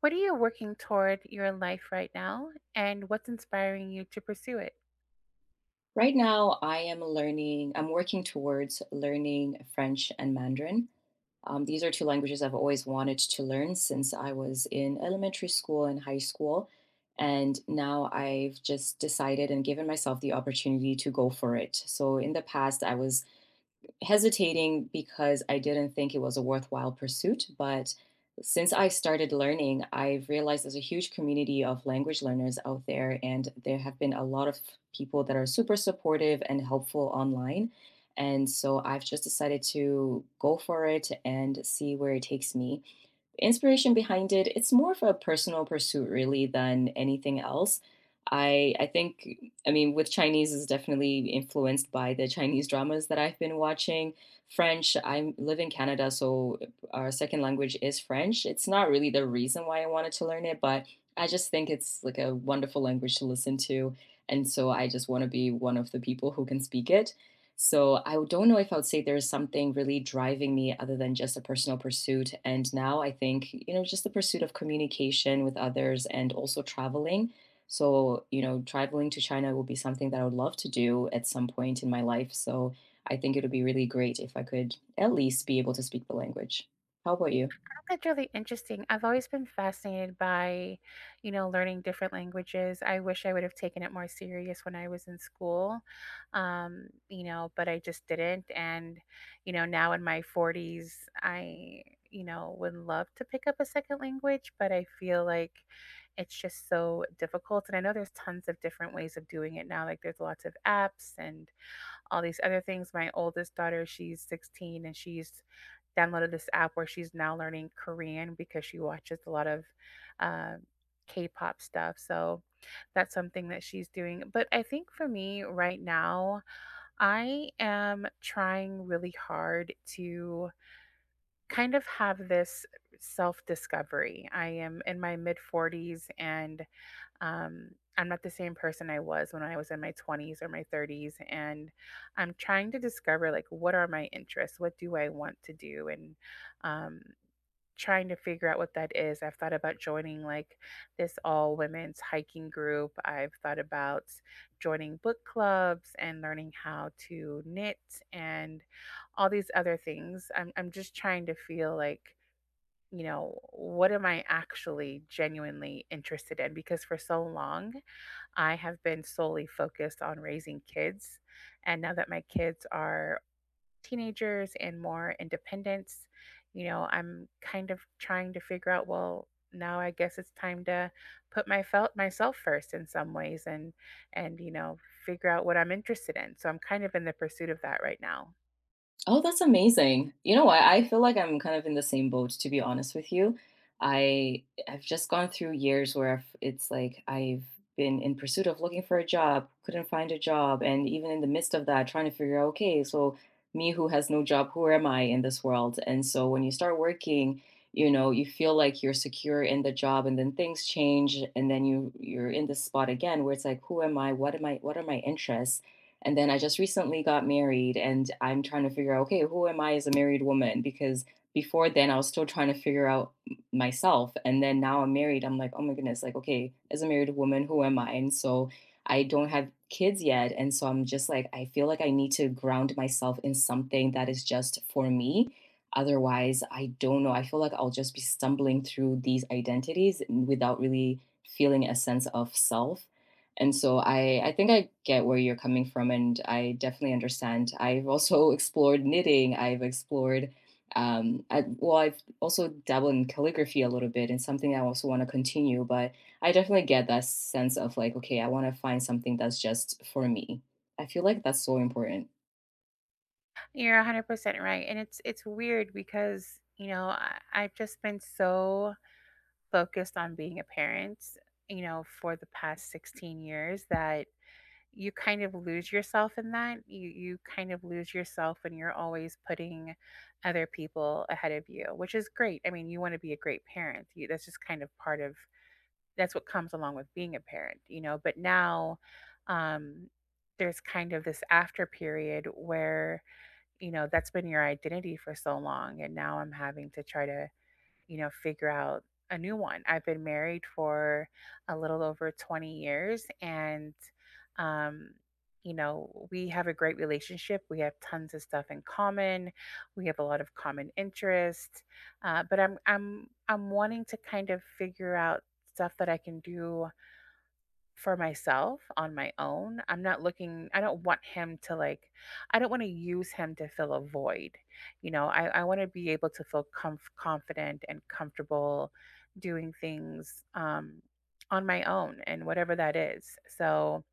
What are you working toward your life right now, and what's inspiring you to pursue it? Right now, I am learning, I'm working towards learning French and Mandarin. These are two languages I've always wanted to learn since I was in elementary school and high school. And now I've just decided and given myself the opportunity to go for it. So in the past, I was hesitating because I didn't think it was a worthwhile pursuit, but since I started learning, I've realized there's a huge community of language learners out there, and there have been a lot of people that are super supportive and helpful online. And so I've just decided to go for it and see where it takes me. Inspiration behind it, it's more of a personal pursuit really than anything else. I think, I mean, with Chinese is definitely influenced by the Chinese dramas that I've been watching. French, I live in Canada, so our second language is French. It's not really the reason why I wanted to learn it, but I just think it's like a wonderful language to listen to. And so I just want to be one of the people who can speak it. So I don't know if I would say there's something really driving me other than just a personal pursuit. And now I think, you know, just the pursuit of communication with others and also traveling. So, you know, traveling to China will be something that I would love to do at some point in my life. So I think it would be really great if I could at least be able to speak the language. How about you? That's really interesting. I've always been fascinated by, you know, learning different languages. I wish I would have taken it more serious when I was in school, you know, but I just didn't. And, you know, now in my 40s, I, you know, would love to pick up a second language, but I feel like it's just so difficult. And I know there's tons of different ways of doing it now. Like there's lots of apps and all these other things. My oldest daughter, she's 16 and she's downloaded this app where she's now learning Korean because she watches a lot of um K-pop stuff. So that's something that she's doing. But I think for me right now, I am trying really hard to kind of have this self discovery. I am in my mid 40s and um, I'm not the same person I was when I was in my 20s or my 30s. And I'm trying to discover like, what are my interests? What do I want to do? And um, trying to figure out what that is. I've thought about joining like this all women's hiking group. I've thought about joining book clubs and learning how to knit and all these other things. I'm just trying to feel like, you know, what am I actually genuinely interested in? Because for so long, I have been solely focused on raising kids. And now that my kids are teenagers and more independence, you know, I'm kind of trying to figure out, well, now I guess it's time to put my felt myself first in some ways and you know figure out what I'm interested in. So I'm kind of in the pursuit of that right now. Oh, that's amazing. You know what? I feel like I'm kind of in the same boat, to be honest with you. I've just gone through years where it's like I've been in pursuit of looking for a job, couldn't find a job, and even in the midst of that, trying to figure out, okay, so me who has no job, who am I in this world? And so when you start working, you know, you feel like you're secure in the job, and then things change, and then you're in this spot again where it's like, who am I? What am I? What are my interests? And then I just recently got married and I'm trying to figure out, okay, who am I as a married woman? Because before then I was still trying to figure out myself. And then now I'm married. I'm like, oh my goodness, like, okay, as a married woman, who am I? And so I don't have kids yet. And so I'm just like, I feel like I need to ground myself in something that is just for me. Otherwise, I don't know. I feel like I'll just be stumbling through these identities without really feeling a sense of self. And so I think I get where you're coming from, and I definitely understand. I've also explored knitting. I've explored, well, I've also dabbled in calligraphy a little bit, and something I also want to continue. But I definitely get that sense of like, okay, I want to find something that's just for me. I feel like that's so important. You're 100% right and it's weird because you know I've just been so focused on being a parent, you know, for the past 16 years that you kind of lose yourself in that. You kind of lose yourself when you're always putting other people ahead of you, which is great. I mean, you want to be a great parent. You, that's just kind of part of that's what comes along with being a parent, you know. But now um there's kind of this after period where, you know, that's been your identity for so long and now I'm having to try to you know, figure out a new one. I've been married for a little over 20 years and um you know, we have a great relationship. We have tons of stuff in common. We have a lot of common interests. But I'm wanting to kind of figure out stuff that I can do for myself on my own. I'm not looking, I don't want him to like, I don't want to use him to fill a void. You know, I want to be able to feel confident and comfortable doing things on my own and whatever that is. So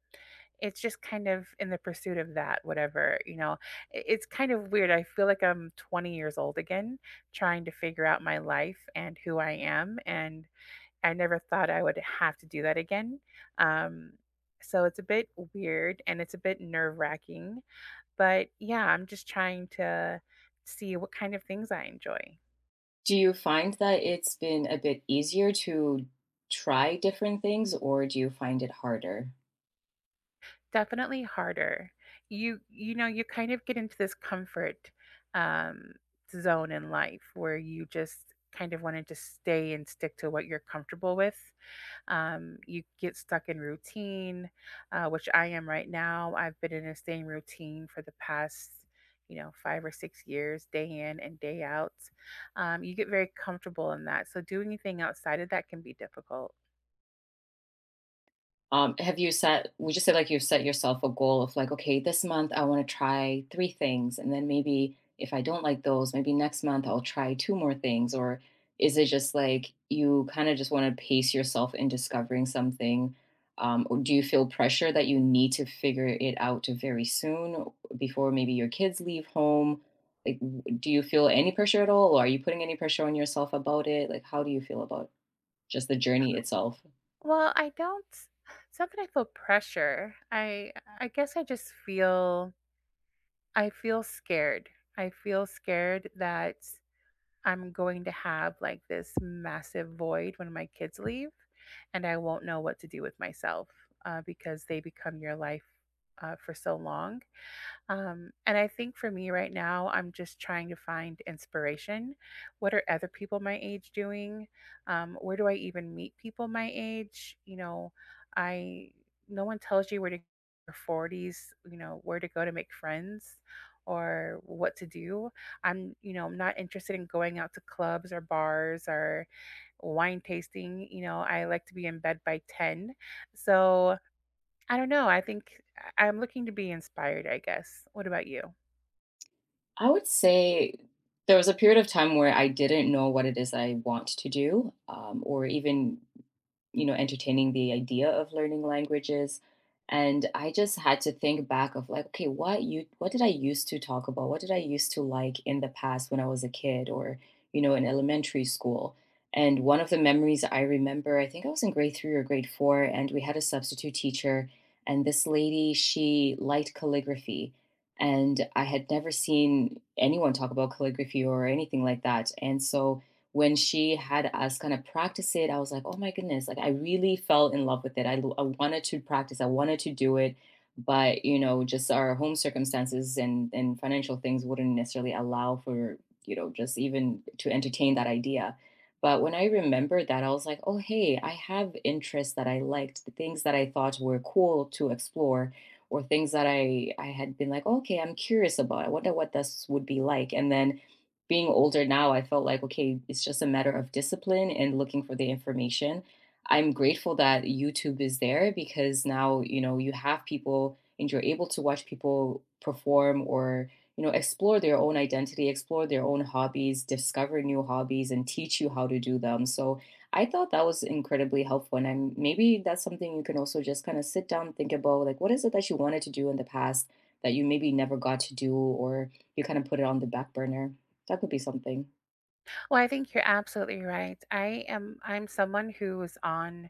it's just kind of in the pursuit of that, whatever, you know, it's kind of weird. I feel like I'm 20 years old again, trying to figure out my life and who I am. And I never thought I would have to do that again. Um, so it's a bit weird and it's a bit nerve wracking. But yeah, I'm just trying to see what kind of things I enjoy. Do you find that it's been a bit easier to try different things, or do you find it harder? Definitely harder. You know you kind of get into this comfort um, zone in life where you just kind of want to just stay and stick to what you're comfortable with. You get stuck in routine, which I am right now. I've been in the same routine for the past, you know, 5 or 6 years, day in and day out. You get very comfortable in that. So doing anything outside of that can be difficult. Would you say like you've set yourself a goal of like, okay, this month I want to try three things. And then maybe if I don't like those, maybe next month I'll try two more things. Or is it just like you kind of just want to pace yourself in discovering something? Or do you feel pressure that you need to figure it out very soon before maybe your kids leave home? Like, do you feel any pressure at all? Or are you putting any pressure on yourself about it? Like, how do you feel about just the journey itself? Well, I don't. It's not that I feel pressure. I guess I just feel I feel scared. I feel scared that I'm going to have like this massive void when my kids leave, and I won't know what to do with myself because they become your life for so long and I think for me right now, I'm just trying to find inspiration. What are other people my age doing? Where do I even meet people my age? You know, I no one tells you where to go in your 40s, you know, where to go to make friends or what to do. I'm, you know, I'm not interested in going out to clubs or bars or wine tasting. You know, I like to be in bed by 10. So I don't know, I think I am looking to be inspired, I guess. What about you? I would say there was a period of time where I didn't know what it is I want to do, or even, you know, entertaining the idea of learning languages. And I just had to think back of like, okay, what did I used to talk about? What did I used to like in the past when I was a kid or, you know, in elementary school? And one of the memories I remember, I think I was in grade three or grade four, and we had a substitute teacher. And this lady, she liked calligraphy. And I had never seen anyone talk about calligraphy or anything like that. And so when she had us kind of practice it, I was like, oh my goodness, like I really fell in love with it. I wanted to practice, I wanted to do it, but you know, just our home circumstances and financial things wouldn't necessarily allow for, you know, just even to entertain that idea. But when I remembered that, I was like, oh hey, I have interests that I liked, the things that I thought were cool to explore. Or things that I had been like, "Oh, okay, I'm curious about. I wonder what this would be like." And then being older now, I felt like, okay, it's just a matter of discipline and looking for the information. I'm grateful that YouTube is there because now, you know, you have people and you're able to watch people perform or, you know, explore their own identity, explore their own hobbies, discover new hobbies and teach you how to do them. So I thought that was incredibly helpful. And maybe that's something you can also just kind of sit down and think about like, what is it that you wanted to do in the past that you maybe never got to do or you kind of put it on the back burner? That could be something. Well, I think you're absolutely right. I'm someone who is on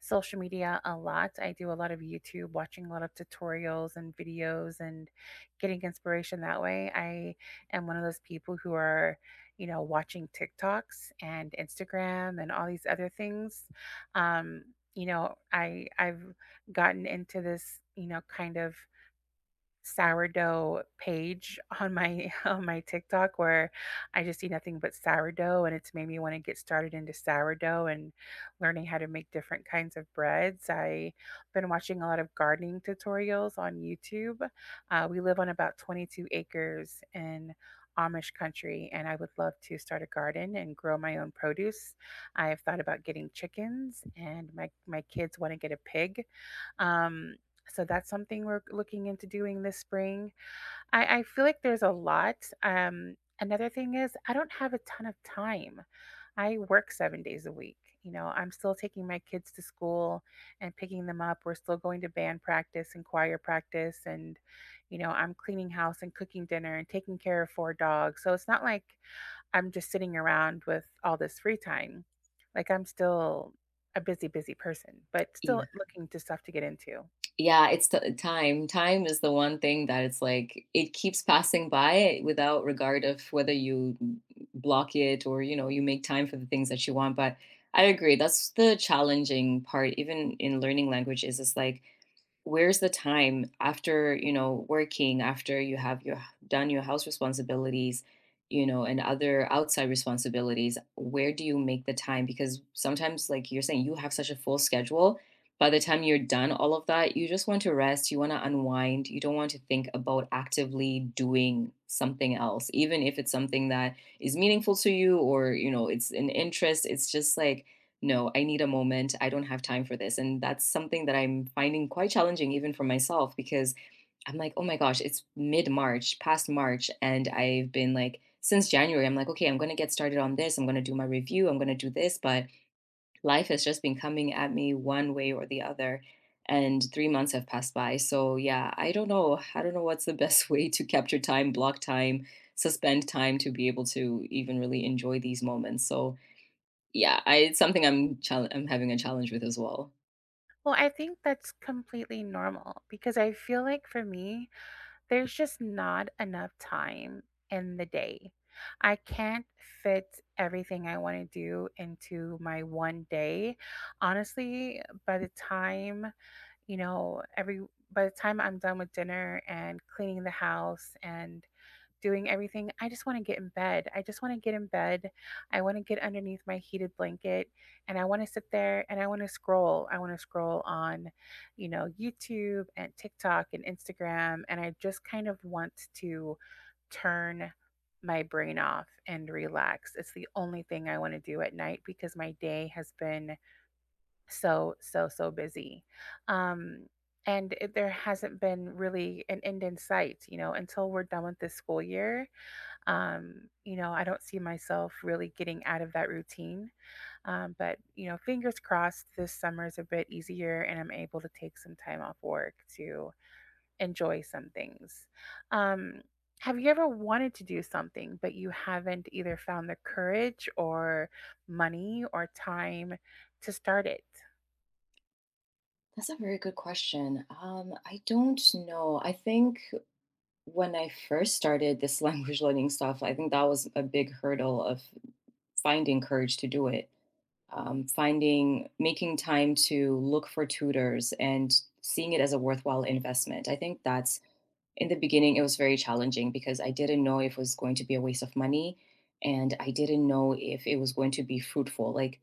social media a lot. I do a lot of YouTube, watching a lot of tutorials and videos and getting inspiration that way. I am one of those people who are, you know, watching TikToks and Instagram and all these other things. Um, you know, I I've gotten into this, you know, kind of sourdough page on my on my TikTok where I just see nothing but sourdough and it's made me want to get started into sourdough and learning how to make different kinds of breads. I've been watching a lot of gardening tutorials on YouTube. We live on about 22 acres in Amish country and I would love to start a garden and grow my own produce. I have thought about getting chickens and my kids want to get a pig. Um, so that's something we're looking into doing this spring. I feel like there's a lot. Another thing is, I don't have a ton of time. I work 7 days a week. You know, I'm still taking my kids to school and picking them up. We're still going to band practice and choir practice. And, you know, I'm cleaning house and cooking dinner and taking care of 4 dogs. So it's not like I'm just sitting around with all this free time. Like I'm still a busy, busy person, but Yeah. still looking to stuff to get into. Yeah, it's the time. Time is the one thing that it's like it keeps passing by without regard of whether you block it or, you know, you make time for the things that you want. But I agree, that's the challenging part, even in learning languages. It's like, where's the time after, you know, working, after you have your done your house responsibilities, you know, and other outside responsibilities? Where do you make the time? Because sometimes, like you're saying, you have such a full schedule. By the time you're done all of that, you just want to rest, you want to unwind, you don't want to think about actively doing something else, even if it's something that is meaningful to you, or, you know, it's an interest. It's just like, no, I need a moment. I don't have time for this. And that's something that I'm finding quite challenging, even for myself, because I'm like, oh my gosh, it's mid March, past March. And I've been like, since January, I'm like, okay, I'm going to get started on this. I'm going to do my review. I'm going to do this. But life has just been coming at me one way or the other. And 3 months have passed by. So yeah, I don't know. I don't know what's the best way to capture time, block time, suspend time to be able to even really enjoy these moments. So yeah, I it's something I'm having a challenge with as well. Well, I think that's completely normal because I feel like for me, there's just not enough time in the day. I can't fit everything I want to do into my one day. Honestly, by the time, you know, every by the time I'm done with dinner and cleaning the house and doing everything, I just wanna get in bed. I just wanna get in bed. I wanna get underneath my heated blanket and I wanna sit there and I wanna scroll. I wanna scroll on, you know, YouTube and TikTok and Instagram. And I just kind of want to turn my brain off and relax. It's the only thing I want to do at night because my day has been so, so, so busy. Um, and it, there hasn't been really an end in sight, you know, until we're done with this school year. You know, I don't see myself really getting out of that routine. But, you know, fingers crossed this summer is a bit easier and I'm able to take some time off work to enjoy some things. Um, have you ever wanted to do something, but you haven't either found the courage or money or time to start it? That's a very good question. I don't know. I think when I first started this language learning stuff, I think that was a big hurdle of finding courage to do it. Making time to look for tutors and seeing it as a worthwhile investment. I think that's in the beginning, it was very challenging because I didn't know if it was going to be a waste of money and I didn't know if it was going to be fruitful. Like,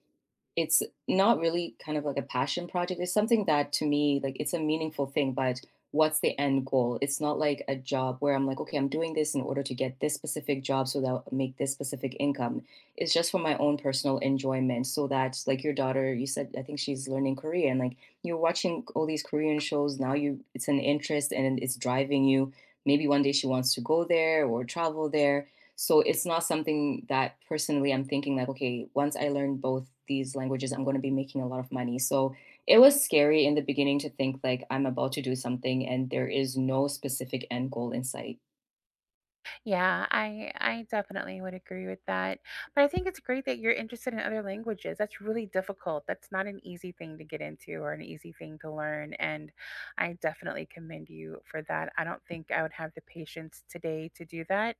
it's not really kind of like a passion project. It's something that to me, like, it's a meaningful thing, but what's the end goal? It's not like a job where I'm like, okay, I'm doing this in order to get this specific job so that I'll make this specific income. It's just for my own personal enjoyment so that, like, your daughter, you said, I think she's learning Korean. Like, you're watching all these Korean shows now, you it's an interest and it's driving you. Maybe one day she wants to go there or travel there. So it's not something that personally I'm thinking like, okay, once I learn both these languages, I'm going to be making a lot of money. So it was scary in the beginning to think like I'm about to do something and there is no specific end goal in sight. Yeah, I definitely would agree with that. But I think it's great that you're interested in other languages. That's really difficult. That's not an easy thing to get into or an easy thing to learn. And I definitely commend you for that. I don't think I would have the patience today to do that,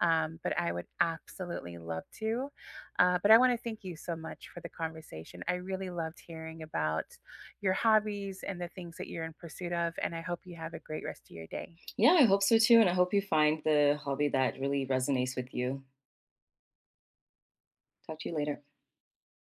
but I would absolutely love to. But I want to thank you so much for the conversation. I really loved hearing about your hobbies and the things that you're in pursuit of. And I hope you have a great rest of your day. Yeah, I hope so too. And I hope you find the hobby that really resonates with you. Talk to you later.